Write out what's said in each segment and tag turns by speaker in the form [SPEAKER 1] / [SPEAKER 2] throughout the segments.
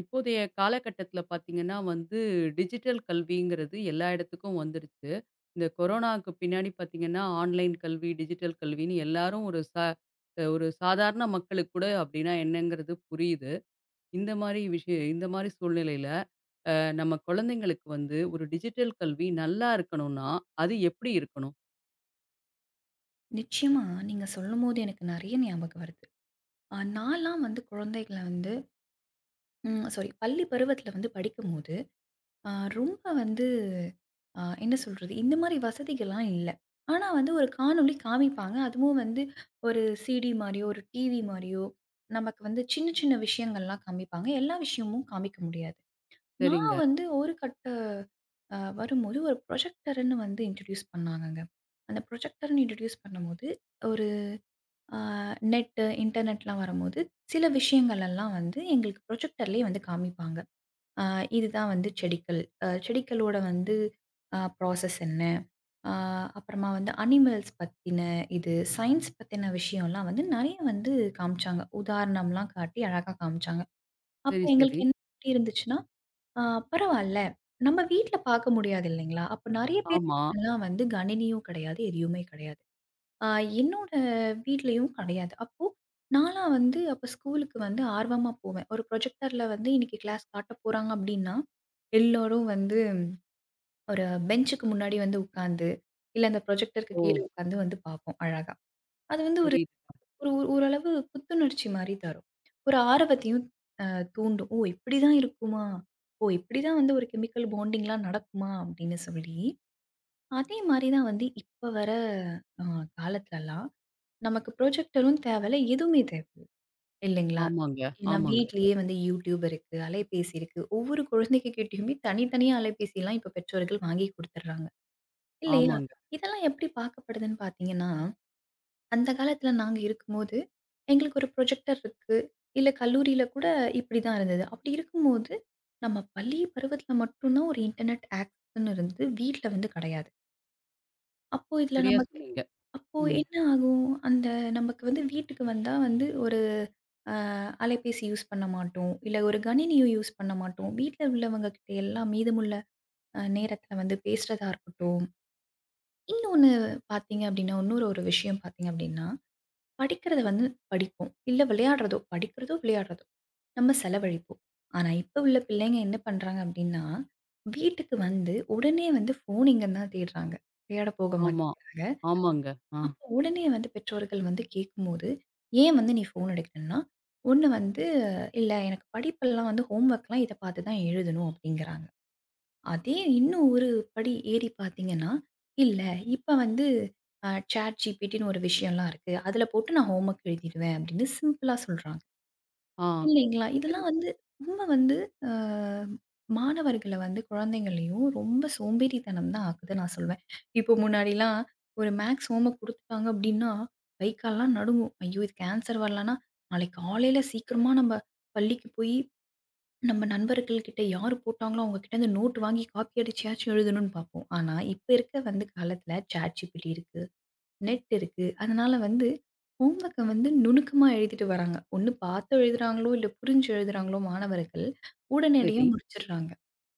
[SPEAKER 1] இப்போதைய காலகட்டத்தில பார்த்தீங்கன்னா வந்து, டிஜிட்டல் கல்விங்கிறது எல்லா இடத்துக்கும் வந்துருச்சு. இந்த கொரோனாவுக்கு பின்னாடி பார்த்தீங்கன்னா, ஆன்லைன் கல்வி, டிஜிட்டல் கல்வின்னு எல்லாரும் ஒரு சாதாரண மக்களுக்கு கூட அப்படின்னா என்னங்கிறது புரியுது. இந்த மாரி விஷயம் இந்த மாரி சூழ்நிலையில, அ நம்ம குழந்தைங்களுக்கு வந்து ஒரு டிஜிட்டல் கல்வி நல்லா இருக்கணும்னா, அது எப்படி இருக்கணும்?
[SPEAKER 2] நிச்சயமா நீங்க சொல்லும்போது எனக்கு நெறைய ஞாபகம் வருது. நான்லாம் வந்து குழந்தைகள வந்து சாரி, பள்ளி பருவத்தில வந்து படிக்கும்போது, அ ரொம்ப வந்து என்ன சொல்றது? இந்த மாரி வசதிகள்லாம் இல்ல. ஆனா வந்து ஒரு காணொளி காமிப்பாங்க. அதுவும் வந்து ஒரு சிடி மாரியோ, ஒரு டிவி மாரியோ, நமக்கு வந்து சின்ன சின்ன விஷயங்கள்லாம் காமிப்பாங்க. எல்லா விஷயமும் காமிக்க முடியாது. நான்
[SPEAKER 1] சரிங்க.
[SPEAKER 2] வந்து ஒரு கட்ட வரும்போது ஒரு ப்ரொஜெக்டர்ன்னு வந்து இன்ட்ரோடியூஸ் பண்ணாங்கங்க. அந்த ப்ரொஜெக்டர்ன்னு இன்ட்ரோடியூஸ் பண்ணும்போது ஒரு ஆ நெட்டு, இன்டர்நெட்லாம் வரும்போது, சில விஷயங்கள் எல்லாம் வந்து எங்களுக்கு ப்ரொஜெக்டர்லேயே வந்து காமிப்பாங்க. ஆ இதுதான் வந்து செடிகள். செடிகளோட வந்து ப்ராசஸ் என்ன? ஆ அப்புறமா வந்து அனிமல்ஸ் பத்தின இது, சயின்ஸ் பத்தின விஷயம்லாம் வந்து நெறைய வந்து காமிச்சாங்க. உதாரணம்லாம் காட்டி அழகா காமிச்சாங்க. அப்ப
[SPEAKER 1] சரி, சரி.
[SPEAKER 2] எங்களுக்கு என்ன எப்படி இருந்துச்சுன்னா, ஆ பரவால்ல. நம்ம வீட்ல பார்க்க முடியாது இல்லைங்களா? அப்ப நெறைய பேர்
[SPEAKER 1] ஆமா.
[SPEAKER 2] எல்லாம் வந்து கணினியும் கிடையாது, எதுவுமே கிடையாது. ஆ என்னோட வீட்லயும் கிடையாது. அப்போ நான்லாம் வந்து அப்ப ஸ்கூலுக்கு வந்து ஆர்வமா போவேன். ஒரு ப்ரொஜெக்டர்ல வந்து இன்னைக்கு கிளாஸ் காட்ட போறாங்க அப்டின்னா, எல்லோரும் வந்து ஒரு பெஞ்சுக்கு முன்னாடி வந்து உட்கார்ந்து, இல்ல அந்த ப்ரொஜெக்டருக்கு
[SPEAKER 1] ஓ!
[SPEAKER 2] கீழ உட்கார்ந்து வந்து பார்ப்போம் அழகா. அது வந்து ஒரு
[SPEAKER 1] புரியுது.
[SPEAKER 2] ஒரு ஒரு- ஓரளவு புத்துணர்ச்சி மாரி தரும். ஒரு ஆர்வத்தையும் தூண்டும். "ஓ! இப்படிதான் இருக்குமா? ஓ! இப்படிதான் வந்து ஒரு கெமிக்கல் பாண்டிங்லாம் நடக்குமா?" அப்படின்னு சொல்லி, அதே மாரி தான் வந்து இப்ப வர அ காலத்துலலாம் நமக்கு ப்ரொஜெக்டரும் தேவையில்ல. எதுவுமே தேவையில்ல. இல்லைங்களா?
[SPEAKER 1] ஆமாங்க,
[SPEAKER 2] ஏன்னா
[SPEAKER 1] ஆமாங்க,
[SPEAKER 2] வீட்லயே வந்து YouTube இருக்கு, அலைபேசி இருக்கு. ஒவ்வொரு குழந்தைங்க கிட்டயுமே தனித்தனியா அலைபேசிலாம் இப்ப பெற்றோர்கள் வாங்கி குடுத்துடுறாங்க. இல்லையா?
[SPEAKER 1] ஆமாங்க.
[SPEAKER 2] இதெல்லாம் எப்படி பார்க்கப்படுதுன்னு பார்த்தீங்கன்னா, அந்த காலத்துல நாங்க இருக்கும்போது, எங்களுக்கு ஒரு ப்ரொஜெக்டர் இருக்கு. இல்ல கல்லூரியில கூட இப்படிதான் இருந்தது. அப்படி இருக்கும்போது, நம்ம பள்ளி பருவத்துல மட்டும் தான் ஒரு இன்டர்நெட் ஆக்சஸ்ன்னு இருந்து வீட்ல வந்து கிடையாது. அப்போ இதுல
[SPEAKER 1] சரியா
[SPEAKER 2] நமக்கு
[SPEAKER 1] சொன்னீங்க.
[SPEAKER 2] அப்போ
[SPEAKER 1] ம்.
[SPEAKER 2] என்ன ஆகும்? அந்த நமக்கு வந்து வீட்டுக்கு வந்தா வந்து ஒரு அ அலைபேசி யூஸ் பண்ண மாட்டோம். இல்ல ஒரு கணினியும் யூஸ் பண்ண மாட்டோம். வீட்ல உள்ளவங்க கிட்ட எல்லாம் மீதமுள்ள நேரத்தில வந்து பேசுறதா இருக்கட்டும். இன்னொன்னு பார்த்தீங்க அப்டின்னா, இன்னொரு ஒரு விஷயம் பார்த்தீங்க அப்டின்னா, படிக்கிறத வந்து படிப்போம். இல்ல விளையாடுறதோ படிக்கிறதோ, விளையாடுறதோ நம்ம செலவழிப்போம். ஆனா, இப்ப உள்ள பிள்ளைங்க என்ன பண்றாங்க அப்டின்னா, வீட்டுக்கு வந்து உடனே வந்து ஃபோன் இங்கன்னு தான் தேடுறாங்க. விளையாட போக
[SPEAKER 1] ஆமா.
[SPEAKER 2] மாட்டேங்கிறாங்க.
[SPEAKER 1] ஆமாங்க. ஆ.
[SPEAKER 2] அப்போ உடனே வந்து பெற்றோர்கள் வந்து கேட்கும்போது, "ஏன் வந்து நீ ஃபோன் எடுக்கலன்னா?" ஒண்ணு வந்து, "இல்ல எனக்கு படிப்பெல்லாம் வந்து ஹோம் ஒர்க்லாம் இத பார்த்து தான் எழுதணும்" அப்படிங்கிறாங்க. அதே இன்னும் ஒரு படி ஏறி பார்த்தீங்கன்னா, "இல்ல இப்ப வந்து Chat GPTன்னு ஒரு விஷயம்லாம் இருக்கு. அதுல போட்டு நான் ஹோம் ஒர்க் எழுதிடுவேன்" அப்படின்னு சிம்பிளா சொல்றாங்க.
[SPEAKER 1] ஆ.
[SPEAKER 2] இல்லைங்களா?
[SPEAKER 1] சரி,
[SPEAKER 2] இதெல்லாம் வந்து ரொம்ப வந்து அ மாணவர்கள வந்து குழந்தைங்களையும் ரொம்ப சோம்பேறித்தனம் தான் ஆக்குதுன்னு நான் சொல்வேன். இப்போ முன்னாடிலாம் ஒரு மேத்ஸ் ஹோம் ஒர்க் குடுத்துட்டாங்க அப்டின்னா, கை கால்லாம் நடுங்கும். ஐயோ! இதுக்கு ஆன்சர் வரலன்னா, நாளைக்கு காலையில சீக்கிரமா நம்ம பள்ளிக்கு போய் நம்ம நண்பர்கள் கிட்ட யார் போட்டாங்களோ அவங்க கிட்ட இருந்து நோட் வாங்கி காப்பி அடிச்சியாச்சும் எழுதணும்னு பார்ப்போம். ஆனா, இப்ப இருக்க வந்து காலத்துல ChatGPT இருக்கு. நெட் இருக்கு. அதனால வந்து ஹோம் ஒர்க்க வந்து நுணுக்கமா எழுதிட்டு வராங்க. ஒண்ணு பார்த்து எழுதுறாங்களோ, இல்ல புரிஞ்சு எழுதுறாங்களோ மாணவர்கள், உடனடியா
[SPEAKER 1] சரி.
[SPEAKER 2] முடிச்சுடுறாங்க.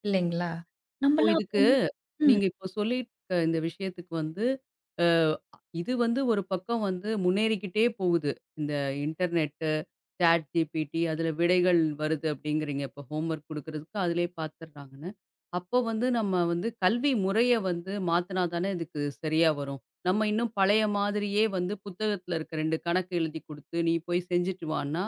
[SPEAKER 2] இல்லைங்களா?
[SPEAKER 1] இப்போ
[SPEAKER 2] நம்மலாம் அப்ப
[SPEAKER 1] இதுக்கு
[SPEAKER 2] வந்து ம்.
[SPEAKER 1] நீங்க இப்போ சொல்லியிருக்க இந்த விஷயத்துக்கு வந்து, அ இது வந்து ஒரு பக்கம் வந்து முன்னேறிக்கிட்டே போகுது. இந்த இன்டர்நெட்டு, சாட் ஜிபிடி அதில விடைகள் வருது அப்படிங்கிறீங்க. இப்போ ஹோம்வொர்க் குடுக்குறதுக்கு அதிலயே பார்த்துடுறாங்கன்னு. அப்போ வந்து நம்ம வந்து கல்வி முறைய வந்து மாத்துனா தானே இதுக்கு சரியா வரும். நம்ம இன்னும் பழைய மாதிரியே வந்து புத்தகத்தில இருக்க 2 கணக்கு எழுதி குடுத்து, "நீ போய் செஞ்சுட்டு வான்னா"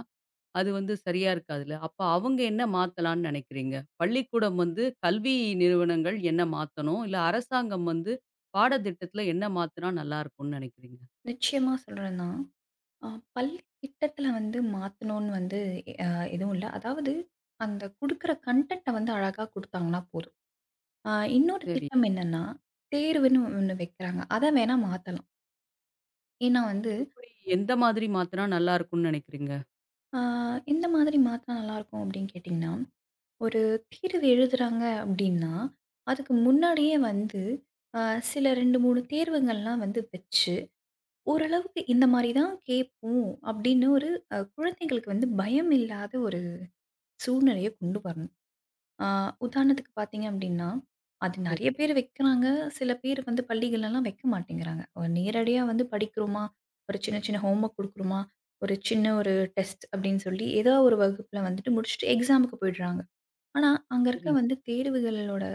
[SPEAKER 1] அது வந்து சரியா இருக்காதுல்ல. அப்ப அவங்க என்ன மாத்தலாம்ன்னு நினைக்கிறீங்க? பள்ளிக்கூடம் வந்து கல்வி நிறுவனங்கள் என்ன மாத்தணும்? இல்ல அரசாங்கம் வந்து பாடத்திட்டத்துல என்ன மாத்துனா நல்லா இருக்கும்ன்னு நினைக்கிறீங்க?
[SPEAKER 2] நிச்சயமா சொல்றேன் தான். அ பள்ளி திட்டத்துல வந்து மாத்தணும்னு வந்து அ எதுவும் இல்ல. அதாவது அந்த குடுக்குற கன்டென்ட்ட வந்து அழகா குடுத்தாங்கன்னா போதும். அ இன்னொரு
[SPEAKER 1] சரி.
[SPEAKER 2] திட்டம் என்னன்னா, தேர்வுன்னு ஒண்ணு வைக்கிறாங்க. அத வேணா மாத்தலாம். ஏன்னா வந்து,
[SPEAKER 1] எப்படி எந்த மாதிரி மாத்துனா நல்லா இருக்கும்ன்னு நினைக்கிறீங்க?
[SPEAKER 2] அ எந்த மாதிரி மாத்துனா நல்லாருக்கும் அப்படின்னு கேட்டீங்கன்னா ஒரு தேர்வு எழுதுறாங்க அப்படின்னா, அதுக்கு முன்னாடியே வந்து அ சில 2, 3 தேர்வுங்கள்லாம் வந்து வச்சு, ஓரளவுக்கு இந்த மாரி தான் கேட்போம் அப்படின்னு ஒரு குழந்தைகளுக்கு வந்து பயம் இல்லாத ஒரு சூழ்நிலைய கொண்டு வரணும். அ உதாரணத்துக்கு பார்த்தீங்க அப்படின்னா, அது
[SPEAKER 1] சரி,
[SPEAKER 2] நெறைய பேர் வைக்கிறாங்க. சில பேர் வந்து பள்ளிகள்லலாம் வைக்க மாட்டேங்கிறாங்க. ஒரு நேரடியா வந்து படிக்கிறோமா, ஒரு சின்ன சின்ன ஹோம் ஒர்க் குடுக்குறோமா, ஒரு சின்ன ஒரு டெஸ்ட் அப்படின்னு சொல்லி ஏதோ ஒரு வகுப்புல வந்துட்டு முடிச்சுட்டு எக்ஸாமுக்கு போயிடுறாங்க. ஆனா, அங்க இருக்க
[SPEAKER 1] சரிங்க.
[SPEAKER 2] வந்து தேர்வுகளோட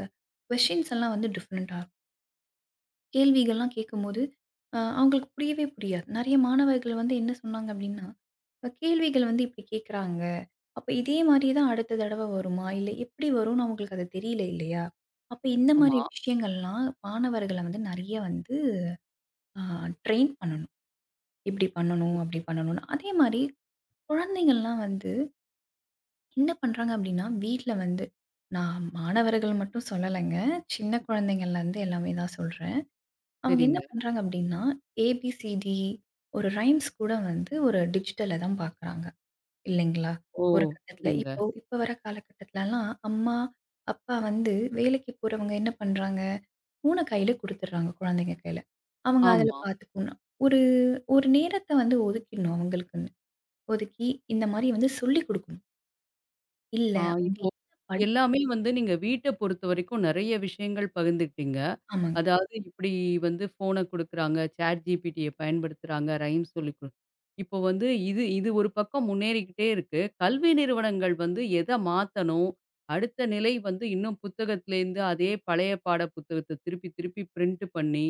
[SPEAKER 2] கொஸ்டின்ஸ் எல்லாம் வந்து டிஃபரெண்ட்டா இருக்கும். கேள்விகள்லாம் கேட்கும்போது, அவங்களுக்கு புரியவே புரியாது. நெறைய மாணவர்கள் வந்து என்ன சொன்னாங்க அப்டின்னா, "இப்ப கேள்விகள் வந்து இப்டி கேட்குறாங்க. அப்ப இதே மாரி தான் அடுத்த தடவ வருமா? இல்ல எப்டி வரும்னு அவங்களுக்கு அது தெரியல இல்லையா?" அப்ப இந்த மாரி
[SPEAKER 1] ஆமா.
[SPEAKER 2] விஷயங்கள்லாம் மாணவர்கள வந்து நெறைய வந்து அ ட்ரெயின் பண்ணணும். இப்டி பண்ணணும், அப்டி பண்ணணும்னு. அதே மாரி குழந்தைங்கள்லாம் வந்து என்ன பண்றாங்க அப்படின்னா, வீட்ல வந்து நான் மாணவர்கள் மட்டும் சொல்லலைங்க. சின்ன குழந்தைங்கள்லருந்து எல்லாமே தான் சொல்றேன். அவங்க என்ன
[SPEAKER 1] சரிங்க.
[SPEAKER 2] பண்றாங்க அப்படின்னா, ஏபிசிடி ஒரு ரைம்ஸ் கூட வந்து ஒரு டிஜிட்டல்ல தான் பார்க்குறாங்க. இல்லைங்களா?
[SPEAKER 1] ஓ!
[SPEAKER 2] ஒரு கட்டத்தில
[SPEAKER 1] சரிங்க.
[SPEAKER 2] இப்போ இப்போ வர காலகட்டத்திலலாம் அம்மா, அப்பா வந்து வேலைக்கு போறவங்க என்ன பண்றாங்க, ஃபோன கையில குடுத்துடுறாங்க குழந்தைங்க கையில. அவங்க அதில
[SPEAKER 1] ஆமா.
[SPEAKER 2] பார்த்துக்கணும். ஒரு ஒரு நேரத்த வந்து ஒதுக்கிடணும் அவங்களுக்குன்னு. ஒதுக்கி இந்த மாரி வந்து சொல்லிக் குடுக்கணும். இல்ல
[SPEAKER 1] ஆ.
[SPEAKER 2] அங்க
[SPEAKER 1] இப்போ
[SPEAKER 2] என்ன படி
[SPEAKER 1] எல்லாமே வந்து நீங்க வீட்ட பொறுத்தவரைக்கும் நெறைய விஷயங்கள் பகிர்ந்துக்கிட்டீங்க.
[SPEAKER 2] ஆமாங்க.
[SPEAKER 1] அதாவது இப்டி வந்து ஃபோன குடுக்குறாங்க, Chat GPTய பயன்படுத்துறாங்க, ரைம்ஸ் சொல்லிக் குடு இப்போ வந்து இது இது ஒரு பக்கம் முன்னேறிக்கிட்டே இருக்கு. கல்வி நிறுவனங்கள் வந்து எத மாத்தணும்? அடுத்த நிலை வந்து இன்னும் புத்தகத்திலேருந்து அதே பழைய பாட புத்தகத்த திருப்பி திருப்பி பிரிண்ட் பண்ணி,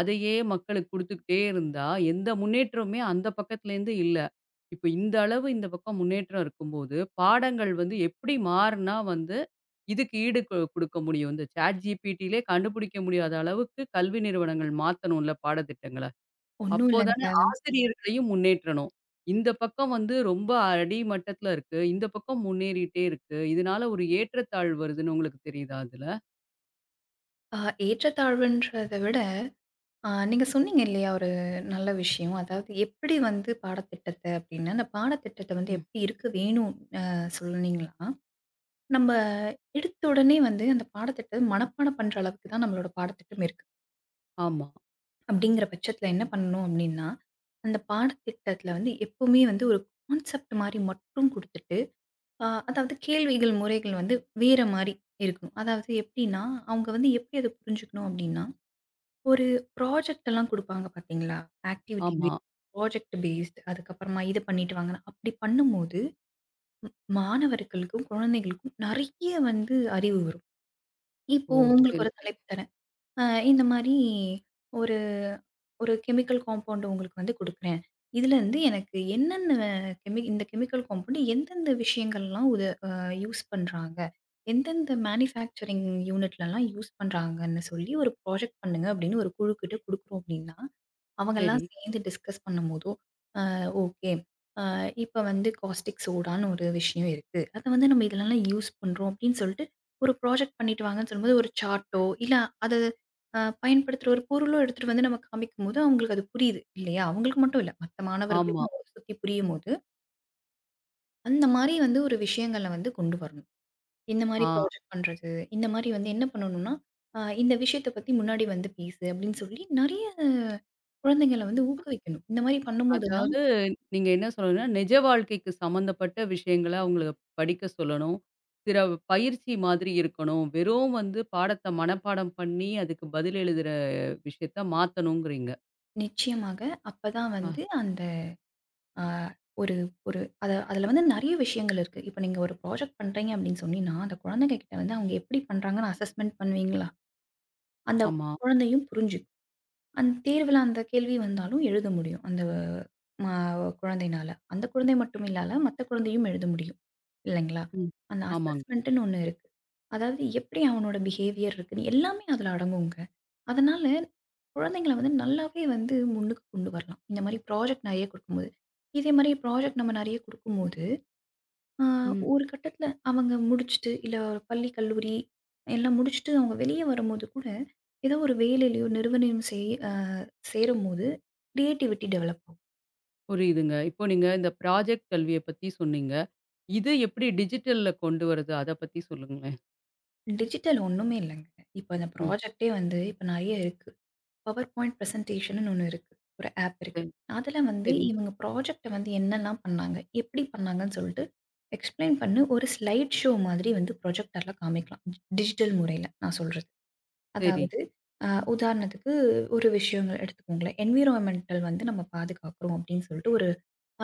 [SPEAKER 1] அதையே மக்களுக்கு குடுத்துக்கிட்டே இருந்தா, எந்த முன்னேற்றமுமே அந்த பக்கத்துலேருந்து இல்ல. இப்ப இந்த அளவு இந்த பக்கம் முன்னேற்றம் இருக்கும்போது, பாடங்கள் வந்து எப்படி மாறுனா வந்து, இதுக்கு ஈடு கு குடுக்க முடியும்? இந்த சாட் ஜிபிடிலே கண்டுபிடிக்க முடியாத அளவுக்கு கல்வி நிறுவனங்கள் மாத்தணும்ல பாடத்திட்டங்கள.
[SPEAKER 2] ஒண்ணும்
[SPEAKER 1] அப்போதானே
[SPEAKER 2] இல்லங்க.
[SPEAKER 1] ஆசிரியர்களையும் முன்னேற்றணும். இந்த பக்கம் வந்து ரொம்ப அடி மட்டத்துல இருக்கு. இந்த பக்கம் முன்னேறிட்டே இருக்கு. இதனால ஒரு ஏற்றத்தாழ்வு வருதுன்னு உங்களுக்கு தெரியுதா அதுல?
[SPEAKER 2] அ ஏற்றத்தாழ்வுன்றத விட, நீங்க சொன்னீங்க இல்லையா? ஒரு நல்ல விஷயம். அதாவது எப்படி வந்து பாடத்திட்டத்த அப்டின்னு, அந்த பாடத்திட்டத்த வந்து
[SPEAKER 1] ம்.
[SPEAKER 2] எப்படி இருக்க வேணும் அ சொன்னீங்கன்னா, நம்ம எடுத்த உடனே வந்து அந்த பாடத்திட்ட மனப்பாடம் பண்ற அளவுக்கு தான் நம்மளோட பாடத்திட்டம் இருக்கு.
[SPEAKER 1] ஆமா,
[SPEAKER 2] அப்படிங்கிற பட்சத்துல என்ன பண்ணணும் அப்படின்னா, அந்த பாடத்திட்டத்துல வந்து எப்பவுமே வந்து ஒரு கான்செப்ட் மாரி மட்டும் குடுத்துட்டு, அ அதாவது கேள்விகள், முறைகள் வந்து வேற மாரி இருக்கணும். அதாவது எப்படின்னா, அவங்க வந்து எப்படி அத புரிஞ்சுக்கணும் அப்படின்னா, ஒரு ப்ராஜெக்ட் எல்லாம் குடுப்பாங்க பார்த்தீங்களா? ஆக்டிவிட்டி
[SPEAKER 1] ஆமா.
[SPEAKER 2] பேஸ்ட், ப்ராஜெக்ட் பேஸ்ட் அதுக்கப்புறமா இத பண்ணிட்டு வாங்கன்னு. அப்படி பண்ணும்போது, மாணவர்களுக்கும், குழந்தைகளுக்கும் நெறைய வந்து அறிவு வரும்.
[SPEAKER 1] ஓ!
[SPEAKER 2] இப்போ உங்களுக்கு
[SPEAKER 1] சரி,
[SPEAKER 2] ஒரு
[SPEAKER 1] சரி.
[SPEAKER 2] தலைப்பு தரேன். அ இந்த மாரி ஒரு ஒரு கெமிக்கல் காம்பவுண்ட் உங்களுக்கு வந்து குடுக்குறேன். இதுலருந்து எனக்கு என்னென்ன இந்த கெமிக்கல் காம்பவுண்ட் எந்தெந்த விஷயங்கள்லாம் உத அ யூஸ் பண்றாங்க? எந்தெந்த மேனுஃபேக்சரிங் யூனிட்லலாம் யூஸ் பண்றாங்கன்னு சொல்லி ஒரு ப்ராஜெக்ட் பண்ணுங்க அப்படின்னு ஒரு குழுக்கிட்ட குடுக்குறோம் அப்படின்னா,
[SPEAKER 1] சரி.
[SPEAKER 2] அவங்கலாம் சேர்ந்து டிஸ்கஸ் பண்ணும்போதோ, ஓகே. அ இப்ப வந்து காஸ்டிக் சோடான்னு ஒரு விஷயம் இருக்கு. அத வந்து நம்ம இதுலலாம் யூஸ் பண்றோம் அப்படின்னு சொல்லிட்டு, ஒரு ப்ராஜெக்ட் பண்ணிட்டு வாங்கன்னு சொல்லும்போது, ஒரு சார்ட்டோ, இல்ல அது பயன்படுத்துற ஒரு பொருளோ எடுத்துட்டு வந்து நம்ம காமிக்கும்போது, அவங்களுக்கு அது புரியுது இல்லையா? அவங்களுக்கு மட்டும் இல்ல. மத்த
[SPEAKER 1] ஆமா.
[SPEAKER 2] மாணவர்களுக்கும் அவங்கள சுத்தி புரியும்போது, அந்த மாரி வந்து ஒரு விஷயங்கள வந்து கொண்டு வரணும். இந்த மாரி
[SPEAKER 1] ஆ.
[SPEAKER 2] ப்ராஜெக்ட் பண்றது, இந்த மாரி வந்து என்ன பண்ணணும்னா, இந்த விஷயத்த பத்தி முன்னாடி வந்து பேசு அப்படின்னு சொல்லி, நெறைய குழந்தைங்கள வந்து ஊக்குவிக்கணும். இந்த மாரி பண்ணும்போது தான்
[SPEAKER 1] அதாவது நீங்க என்ன சொல்லணும்னா, நிஜ வாழ்க்கைக்கு சம்மந்தப்பட்ட விஷயங்கள அவங்கள படிக்க சொல்லணும். சில பயிற்சி மாதிரி இருக்கணும். வெறும் வந்து பாடத்த மனப்பாடம் பண்ணி, அதுக்கு பதில் எழுதுற விஷயத்த மாத்தணுங்கிறீங்க.
[SPEAKER 2] நிச்சயமாக. அப்பதான்
[SPEAKER 1] ஆ.
[SPEAKER 2] வந்து அந்த அ ஒரு ஒரு அதுல வந்து நெறைய விஷயங்கள் இருக்கு. இப்ப நீங்க ஒரு ப்ராஜெக்ட் பண்றீங்க அப்படின்னு சொன்னீங்கன்னா, அந்த குழந்தைங்க கிட்ட வந்து அவங்க எப்படி பண்றாங்கன்னு அசஸ்மென்ட் பண்ணுவீங்களா? அந்த
[SPEAKER 1] ஆமா.
[SPEAKER 2] குழந்தையும் புரிஞ்சுக்கும். அந்த தேர்வுல அந்த கேள்வி வந்தாலும் எழுத முடியும். அந்த மா குழந்தைனால. அந்த குழந்தை மட்டும் இல்லால மத்த குழந்தையும் எழுத முடியும். இல்லைங்களா?
[SPEAKER 1] ம்.
[SPEAKER 2] அந்த
[SPEAKER 1] ஆமாங்க.
[SPEAKER 2] அசஸ்மென்ட்ன்னு ஒண்ணு இருக்கு. அதாவது எப்படி அவனோட பிஹேவியர் இருக்குன்னு எல்லாமே அதுல அடங்குங்க. அதனால குழந்தைங்கள வந்து நல்லாவே வந்து முன்னுக்கு கொண்டு வரலாம். இந்த மாரி ப்ராஜெக்ட் நெறைய குடுக்கும்போது. இதே மாரி ப்ராஜெக்ட் நம்ம நெறைய குடுக்கும்போது ஆ
[SPEAKER 1] ம்.
[SPEAKER 2] ஒரு கட்டத்தில அவங்க முடிச்சுட்டு, இல்ல பள்ளி, கல்லூரி எல்லாம் முடிச்சுட்டு அவங்க வெளிய வரும்போது கூட, ஏதோ ஒரு வேலையிலயோ, நிறுவனம் செய் அ சேரும்போது கிரியேட்டிவிட்டி டெவலப் ஆகும்.
[SPEAKER 1] புரியுதுங்க. இப்போ நீங்க இந்த ப்ராஜெக்ட் கல்விய பத்தி சொன்னீங்க. இது எப்படி டிஜிட்டல்ல கொண்டு வருது? அத பத்தி சொல்லுங்களேன்.
[SPEAKER 2] டிஜிட்டல் ஒண்ணுமே இல்லங்க. இப்ப அந்த
[SPEAKER 1] ம்.
[SPEAKER 2] ப்ராஜெக்ட்டே வந்து இப்ப நெறைய இருக்கு. பவர்பாயிண்ட் பிரசன்டேஷன்னு ஒண்ணு இருக்கு. ஒரு ஆப் இருக்கு.
[SPEAKER 1] சரி.
[SPEAKER 2] அதுல வந்து
[SPEAKER 1] சரி,
[SPEAKER 2] இவங்க ப்ராஜெக்ட்ட வந்து என்னலாம் பண்ணாங்க? எப்படி பண்ணாங்கன்னு சொல்லிட்டு எக்ஸ்ப்ளைன் பண்ணி ஒரு ஸ்லைட் ஷோ மாதிரி வந்து ப்ரொஜெக்டர்ல காமிக்கலாம். டிஜிட்டல் முறையில நான் சொல்றது.
[SPEAKER 1] சரி.
[SPEAKER 2] அதாவது அ உதாரணத்துக்கு ஒரு விஷயங்கள் எடுத்துக்கோங்களேன். என்விரான்மென்டல் வந்து நம்ம பாதுகாக்கிறோம் அப்படின்னு சொல்லிட்டு ஒரு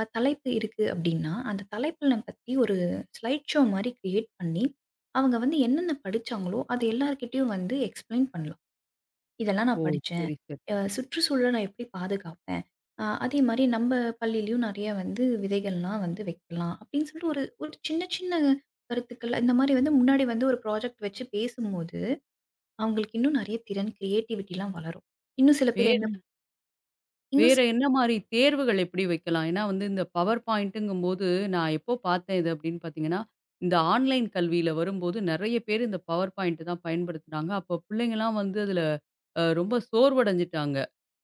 [SPEAKER 2] தலைப்பு இருக்கு அப்படின்னா, அந்த தலைப்புல பத்தி ஒரு ஸ்லைட் ஷோ மாரி கிரியேட் பண்ணி, அவங்க வந்து என்னென்ன படிச்சாங்களோ, அது எல்லார்கிட்டயும் வந்து எக்ஸ்ப்ளைன் பண்ணலாம். இதெல்லாம்
[SPEAKER 1] ஓ!
[SPEAKER 2] நான் படிச்சேன்.
[SPEAKER 1] சரி, சரி.
[SPEAKER 2] சுற்றுச்சூழல நான் எப்படி பாதுகாப்பேன். அதே மாரி நம்ம பள்ளியிலயும் நெறைய வந்து விதைகள்லாம் வந்து வைக்கலாம். அப்படின்னு சொல்லிட்டு ஒரு ஒரு சின்ன சின்ன கருத்துக்கள் இந்த மாரி வந்து முன்னாடி வந்து ஒரு ப்ராஜெக்ட் வச்சு பேசும்போது அவங்களுக்கு இன்னும் நெறைய திறன், கிரியேட்டிவிட்டிலாம் வளரும். இன்னும் சில பேர் என்ன
[SPEAKER 1] வேற
[SPEAKER 2] இன்னும்
[SPEAKER 1] வேற என்ன மாரி தேர்வுகள் எப்படி வைக்கலாம்? ஏன்னா வந்து இந்த பவர் பாயிண்ட்டுங்கும்போது, நான் எப்போ பார்த்தேன் இது அப்படின்னு பார்த்தீங்கன்னா, இந்த ஆன்லைன் கல்வியில வரும்போது நெறைய பேரு இந்த பவர் பாயிண்ட் தான் பயன்படுத்துனாங்க. அப்போ பிள்ளைங்கலாம் வந்து அதில ரொம்ப சோர்வடைஞ்சுட்டாங்க.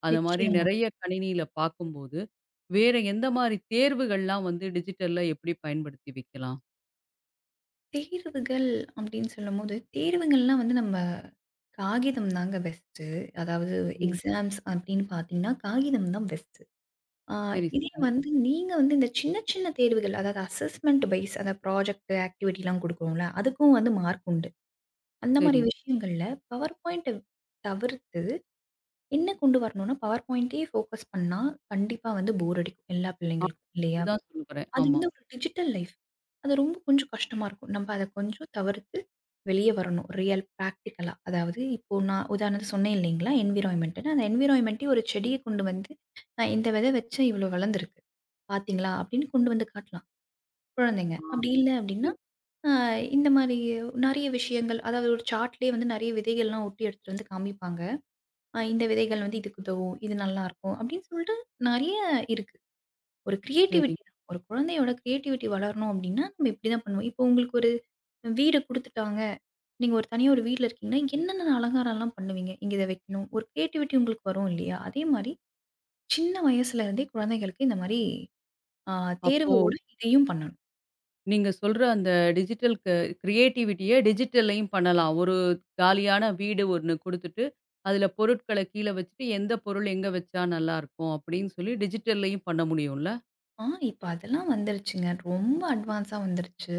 [SPEAKER 1] அந்த மாரி
[SPEAKER 2] நிச்சயமா.
[SPEAKER 1] நெறைய கணினியில பார்க்கும்போது, வேற எந்த மாரி தேர்வுகள்லாம் வந்து டிஜிட்டல்ல எப்படி பயன்படுத்தி வைக்கலாம்?
[SPEAKER 2] தேர்வுகள் அப்படின்னு சொல்லும்போது, தேர்வுகள்லாம் வந்து நம்ம காகிதம் தாங்க பெஸ்ட்டு. அதாவது
[SPEAKER 1] ம்.
[SPEAKER 2] எக்ஸாம்ஸ் அப்படின்னு பார்த்தீங்கன்னா, காகிதம் தான் பெஸ்ட்டு. ஆ
[SPEAKER 1] சரி,
[SPEAKER 2] இதே
[SPEAKER 1] சரி,
[SPEAKER 2] வந்து நீங்க வந்து இந்த சின்ன சின்ன தேர்வுகள், அதாவது அசஸ்மென்ட் பெய்ஸ் அதாவது ப்ராஜெக்ட் ஆக்டிவிட்டிலாம் குடுக்குறோம்ல, அதுக்கும் வந்து மார்க் உண்டு. அந்த மாரி
[SPEAKER 1] சரி.
[SPEAKER 2] விஷயங்கள்ல பவர் பாயிண்ட்ட தவிர்த்து என்ன கொண்டு வரணும்னா, பவர் பாயிண்டயே ஃபோக்கஸ் பண்ணா கண்டிப்பா வந்து போர் அடிக்கும் எல்லா
[SPEAKER 1] ஆ,
[SPEAKER 2] பிள்ளைங்களுக்கும் இல்லையா?
[SPEAKER 1] அதுதான் சொல்லுகிறேன்.
[SPEAKER 2] அது
[SPEAKER 1] ஆமா.
[SPEAKER 2] வந்து ஒரு டிஜிட்டல் லைஃப். அது ரொம்ப கொஞ்சம் கஷ்டமா இருக்கும். நம்ப அத கொஞ்சம் தவிர்த்து வெளிய வரணும். ரியல் பிராக்டிகலா. அதாவது இப்போ நான் உதாரணத்துக்கு சொன்னேன் இல்லைங்களா? என்விரான்மென்ட்ன்னு. அந்த என்விரான்மென்ட்டே ஒரு செடிய கொண்டு வந்து, நான் இந்த விதை வச்சேன் இவ்வளோ வளர்ந்துருக்கு. பார்த்தீங்களா? அப்படின்னு கொண்டு வந்து காட்டலாம். குழந்தைங்க.
[SPEAKER 1] ஆ.
[SPEAKER 2] அப்படி இல்ல
[SPEAKER 1] சரி,
[SPEAKER 2] அப்படின்னா, அ இந்த மாரி நெறைய விஷயங்கள் அதாவது ஒரு சார்ட்லயே வந்து நெறைய விதைகள்லாம் ஒட்டி எடுத்துட்டு வந்து காமிப்பாங்க. இந்த விதைகள் வந்து இதுக்கு உதவும். இது நல்லாருக்கும். அப்படின்னு சொல்லிட்டு நெறைய இருக்கு. ஒரு
[SPEAKER 1] சரி.
[SPEAKER 2] கிரியேட்டிவிட்டி தான். ஒரு குழந்தையோட கிரியேட்டிவிட்டி வளரணும் அப்படின்னா, நம்ம இப்படிதான் பண்ணுவோம். இப்போ உங்களுக்கு ஒரு வீடு குடுத்துட்டாங்க. நீங்க ஒரு தனியா ஒரு வீட்ல இருக்கீங்கன்னா, என்னென்ன அலங்காரம்லாம் பண்ணுவீங்க? இங்க இத வைக்கணும். ஒரு கிரியேட்டிவிட்டி உங்களுக்கு வரும் இல்லையா? அதே மாரி சின்ன வயசுல இருந்தே குழந்தைகளுக்கு இந்த மாரி ஆ
[SPEAKER 1] அப்போ
[SPEAKER 2] தேர்வோட இதையும் பண்ணணும்.
[SPEAKER 1] நீங்க சொல்ற அந்த டிஜிட்டல் க கிரியேட்டிவிட்டிய டிஜிட்டல்லயும் பண்ணலாம். ஒரு காலியான வீடு ஒண்ணு குடுத்துட்டு, அதுல பொருட்கள கீழ வச்சுட்டு, எந்த பொருள் எங்க வச்சா நல்லாருக்கும் அப்படின்னு சொல்லி டிஜிட்டல்லயும் பண்ண முடியும்ல?
[SPEAKER 2] ஆ இப்ப அதெல்லாம் வந்துருச்சுங்க. ரொம்ப அட்வான்ஸா வந்துருச்சு.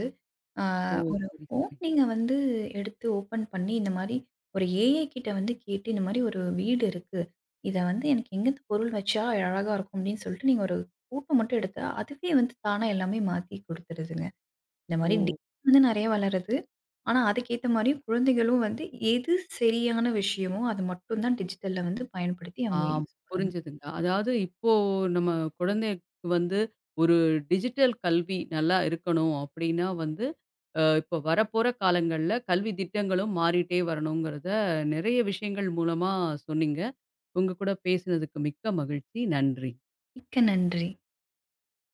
[SPEAKER 2] ஆ
[SPEAKER 1] ஓ!
[SPEAKER 2] ஒரு
[SPEAKER 1] சரி,
[SPEAKER 2] ஃபோன்
[SPEAKER 1] சரி.
[SPEAKER 2] நீங்க வந்து எடுத்து ஓப்பன் பண்ணி, இந்த மாரி ஒரு ஏஐ கிட்ட வந்து கேட்டு, இந்த மாரி ஒரு வீடு இருக்கு. இத வந்து எனக்கு எங்கேருந்து பொருள் வச்சா அழகா இருக்கும் அப்படின்னு சொல்லிட்டு, நீங்க ஒரு ஃபோட்டோ மட்டும் எடுத்தா, அதுவே வந்து தானா எல்லாமே மாத்தி குடுத்துருதுங்க. இந்த
[SPEAKER 1] ஓ!
[SPEAKER 2] மாரி வந்து நெறைய வளருது. ஆனா, அதுக்கேத்த மாரியும் குழந்தைகளும் வந்து எது சரியான விஷயமோ, அது மட்டும் தான் டிஜிட்டல்ல வந்து பயன்படுத்தி
[SPEAKER 1] ஆ,
[SPEAKER 2] அவங்க யூஸ் பண்ணணும்.
[SPEAKER 1] புரிஞ்சுதுங்க. அதாவது இப்போ நம்ம குழந்தைக்கு வந்து ஒரு டிஜிட்டல் கல்வி நல்லா இருக்கணும் அப்படின்னா வந்து, இப்போ வரப்போற காலங்கள்ல கல்வி திட்டங்களும் மாறிட்டே வரணுங்கிறத நெறைய விஷயங்கள் மூலமா சொன்னீங்க. உங்க கூட பேசினதுக்கு மிக்க மகிழ்ச்சி. நன்றி.
[SPEAKER 2] மிக்க நன்றி.